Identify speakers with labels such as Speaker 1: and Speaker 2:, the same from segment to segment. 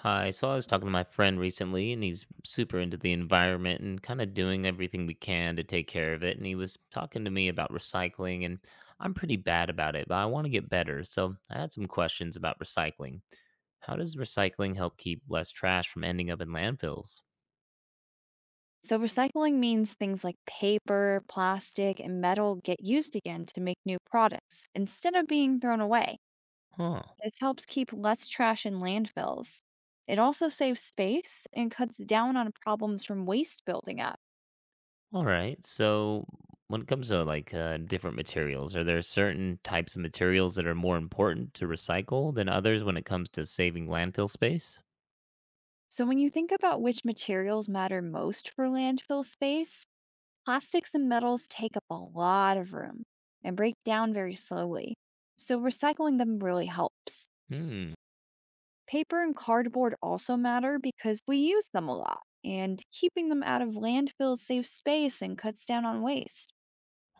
Speaker 1: Hi. So I was talking to my friend recently, and he's super into the environment and kind of doing everything we can to take care of it. And he was talking to me about recycling, and I'm pretty bad about it, but I want to get better. So I had some questions about recycling. How does recycling help keep less trash from ending up in landfills?
Speaker 2: So, recycling means things like paper, plastic, and metal get used again to make new products instead of being thrown away.
Speaker 1: Huh.
Speaker 2: This helps keep less trash in landfills. It also saves space and cuts down on problems from waste building up.
Speaker 1: All right. So when it comes to different materials, are there certain types of materials that are more important to recycle than others when it comes to saving landfill space?
Speaker 2: So, when you think about which materials matter most for landfill space, plastics and metals take up a lot of room and break down very slowly. So, recycling them really helps.
Speaker 1: Hmm.
Speaker 2: Paper and cardboard also matter because we use them a lot, and keeping them out of landfills saves space and cuts down on waste.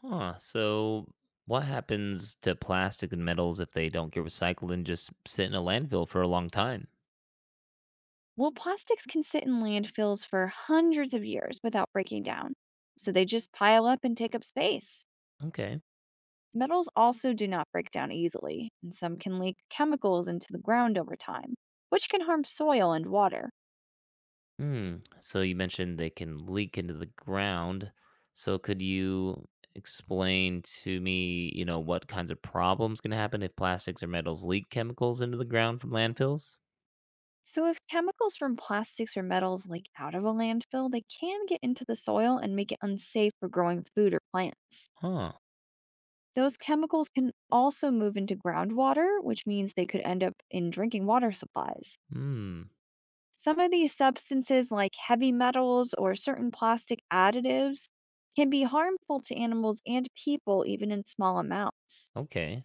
Speaker 1: Huh. So, what happens to plastic and metals if they don't get recycled and just sit in a landfill for a long time?
Speaker 2: Well, plastics can sit in landfills for hundreds of years without breaking down, so they just pile up and take up space.
Speaker 1: Okay.
Speaker 2: Metals also do not break down easily, and some can leak chemicals into the ground over time, which can harm soil and water.
Speaker 1: Hmm. So, you mentioned they can leak into the ground. So, could you explain to me, what kinds of problems can happen if plastics or metals leak chemicals into the ground from landfills?
Speaker 2: So, if chemicals from plastics or metals leak out of a landfill, they can get into the soil and make it unsafe for growing food or plants.
Speaker 1: Huh.
Speaker 2: Those chemicals can also move into groundwater, which means they could end up in drinking water supplies.
Speaker 1: Hmm.
Speaker 2: Some of these substances, like heavy metals or certain plastic additives, can be harmful to animals and people even in small amounts.
Speaker 1: Okay.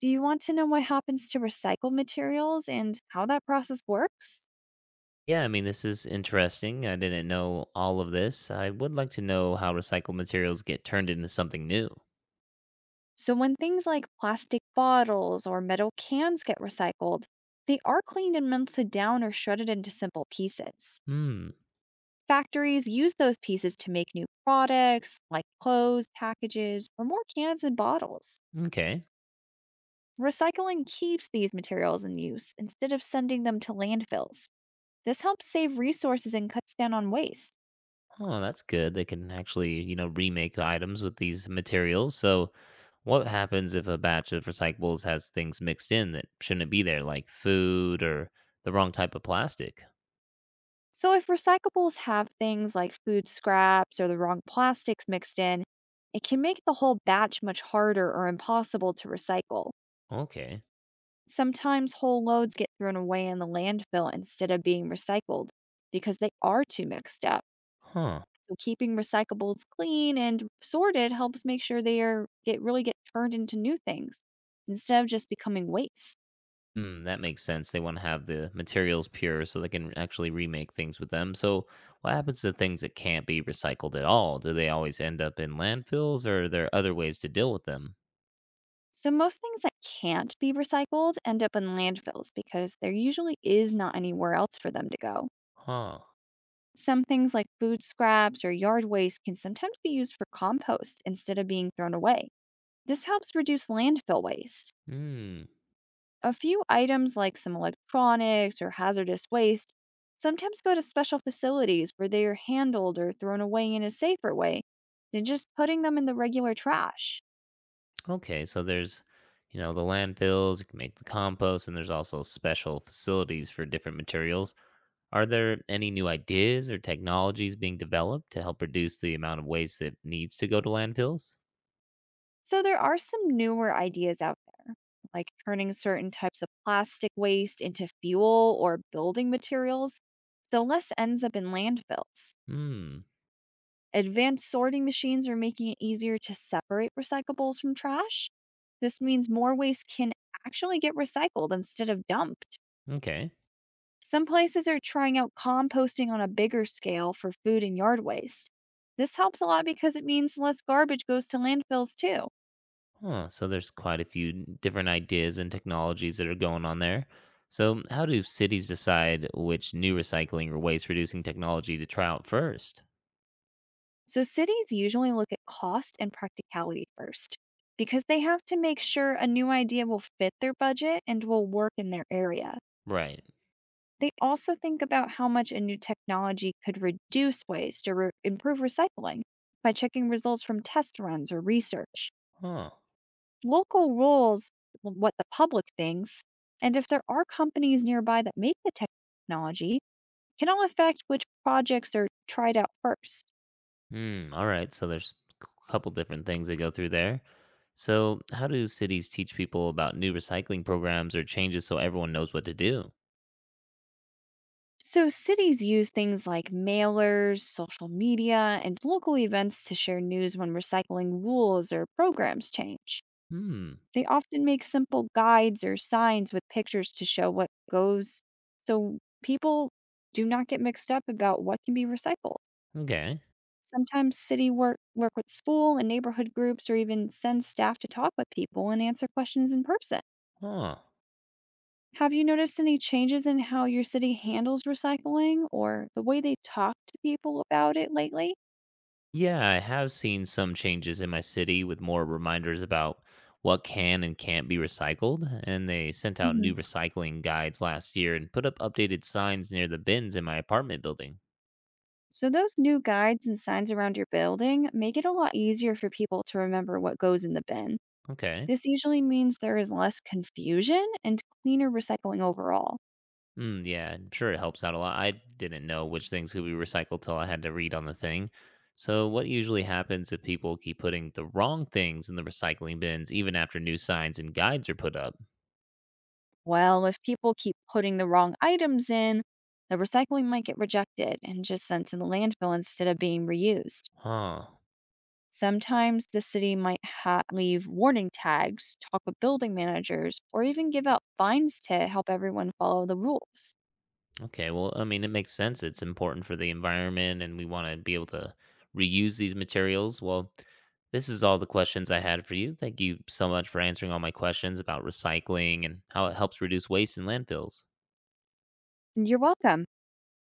Speaker 2: Do you want to know what happens to recycled materials and how that process works?
Speaker 1: Yeah, I mean, this is interesting. I didn't know all of this. I would like to know how recycled materials get turned into something new.
Speaker 2: So, when things like plastic bottles or metal cans get recycled, they are cleaned and melted down or shredded into simple pieces.
Speaker 1: Hmm.
Speaker 2: Factories use those pieces to make new products like clothes, packages, or more cans and bottles.
Speaker 1: Okay.
Speaker 2: Recycling keeps these materials in use instead of sending them to landfills. This helps save resources and cuts down on waste.
Speaker 1: Oh, that's good. They can actually, remake items with these materials. So, what happens if a batch of recyclables has things mixed in that shouldn't be there, like food or the wrong type of plastic?
Speaker 2: So, if recyclables have things like food scraps or the wrong plastics mixed in, it can make the whole batch much harder or impossible to recycle.
Speaker 1: Okay.
Speaker 2: Sometimes whole loads get thrown away in the landfill instead of being recycled because they are too mixed up.
Speaker 1: Huh.
Speaker 2: So, keeping recyclables clean and sorted helps make sure they are get really get turned into new things instead of just becoming waste.
Speaker 1: Mm, that makes sense. They want to have the materials pure so they can actually remake things with them. So, what happens to things that can't be recycled at all? Do they always end up in landfills or are there other ways to deal with them?
Speaker 2: So, most things that can't be recycled end up in landfills because there usually is not anywhere else for them to go.
Speaker 1: Huh.
Speaker 2: Some things like food scraps or yard waste can sometimes be used for compost instead of being thrown away. This helps reduce landfill waste.
Speaker 1: Hmm.
Speaker 2: A few items like some electronics or hazardous waste sometimes go to special facilities where they are handled or thrown away in a safer way than just putting them in the regular trash.
Speaker 1: Okay, so the landfills, you can make the compost, and there's also special facilities for different materials. Are there any new ideas or technologies being developed to help reduce the amount of waste that needs to go to landfills?
Speaker 2: So, there are some newer ideas out there, like turning certain types of plastic waste into fuel or building materials, so less ends up in landfills.
Speaker 1: Hmm,
Speaker 2: Advanced sorting machines are making it easier to separate recyclables from trash. This means more waste can actually get recycled instead of dumped.
Speaker 1: okay.
Speaker 2: Some places are trying out composting on a bigger scale for food and yard waste. This helps a lot because it means less garbage goes to landfills too.
Speaker 1: Huh, so there's quite a few different ideas and technologies that are going on there. So, how do cities decide which new recycling or waste reducing technology to try out first?
Speaker 2: So, cities usually look at cost and practicality first because they have to make sure a new idea will fit their budget and will work in their area.
Speaker 1: Right.
Speaker 2: They also think about how much a new technology could reduce waste or improve recycling by checking results from test runs or research.
Speaker 1: Huh.
Speaker 2: Local rules, what the public thinks, and if there are companies nearby that make the technology, can all affect which projects are tried out first.
Speaker 1: Hmm. All right. So there's a couple different things that go through there. So how do cities teach people about new recycling programs or changes so everyone knows what to do?
Speaker 2: So, cities use things like mailers, social media, and local events to share news when recycling rules or programs change.
Speaker 1: Hmm.
Speaker 2: They often make simple guides or signs with pictures to show what goes, so people do not get mixed up about what can be recycled.
Speaker 1: Okay.
Speaker 2: Sometimes city work with school and neighborhood groups or even send staff to talk with people and answer questions in person.
Speaker 1: Huh.
Speaker 2: Have you noticed any changes in how your city handles recycling or the way they talk to people about it lately?
Speaker 1: Yeah, I have seen some changes in my city with more reminders about what can and can't be recycled, and they sent out
Speaker 2: Mhm.
Speaker 1: new recycling guides last year and put up updated signs near the bins in my apartment building.
Speaker 2: So, those new guides and signs around your building make it a lot easier for people to remember what goes in the bin.
Speaker 1: Okay.
Speaker 2: This usually means there is less confusion and cleaner recycling overall.
Speaker 1: Mm, yeah, I'm sure it helps out a lot. I didn't know which things could be recycled till I had to read on the thing. So, what usually happens if people keep putting the wrong things in the recycling bins even after new signs and guides are put up?
Speaker 2: Well, if people keep putting the wrong items in, the recycling might get rejected and just sent to the landfill instead of being reused.
Speaker 1: Huh.
Speaker 2: Sometimes the city might leave warning tags, talk with building managers, or even give out fines to help everyone follow the rules.
Speaker 1: Okay, well, I mean, it makes sense. It's important for the environment and we want to be able to reuse these materials. Well, this is all the questions I had for you. Thank you so much for answering all my questions about recycling and how it helps reduce waste in landfills.
Speaker 2: You're welcome.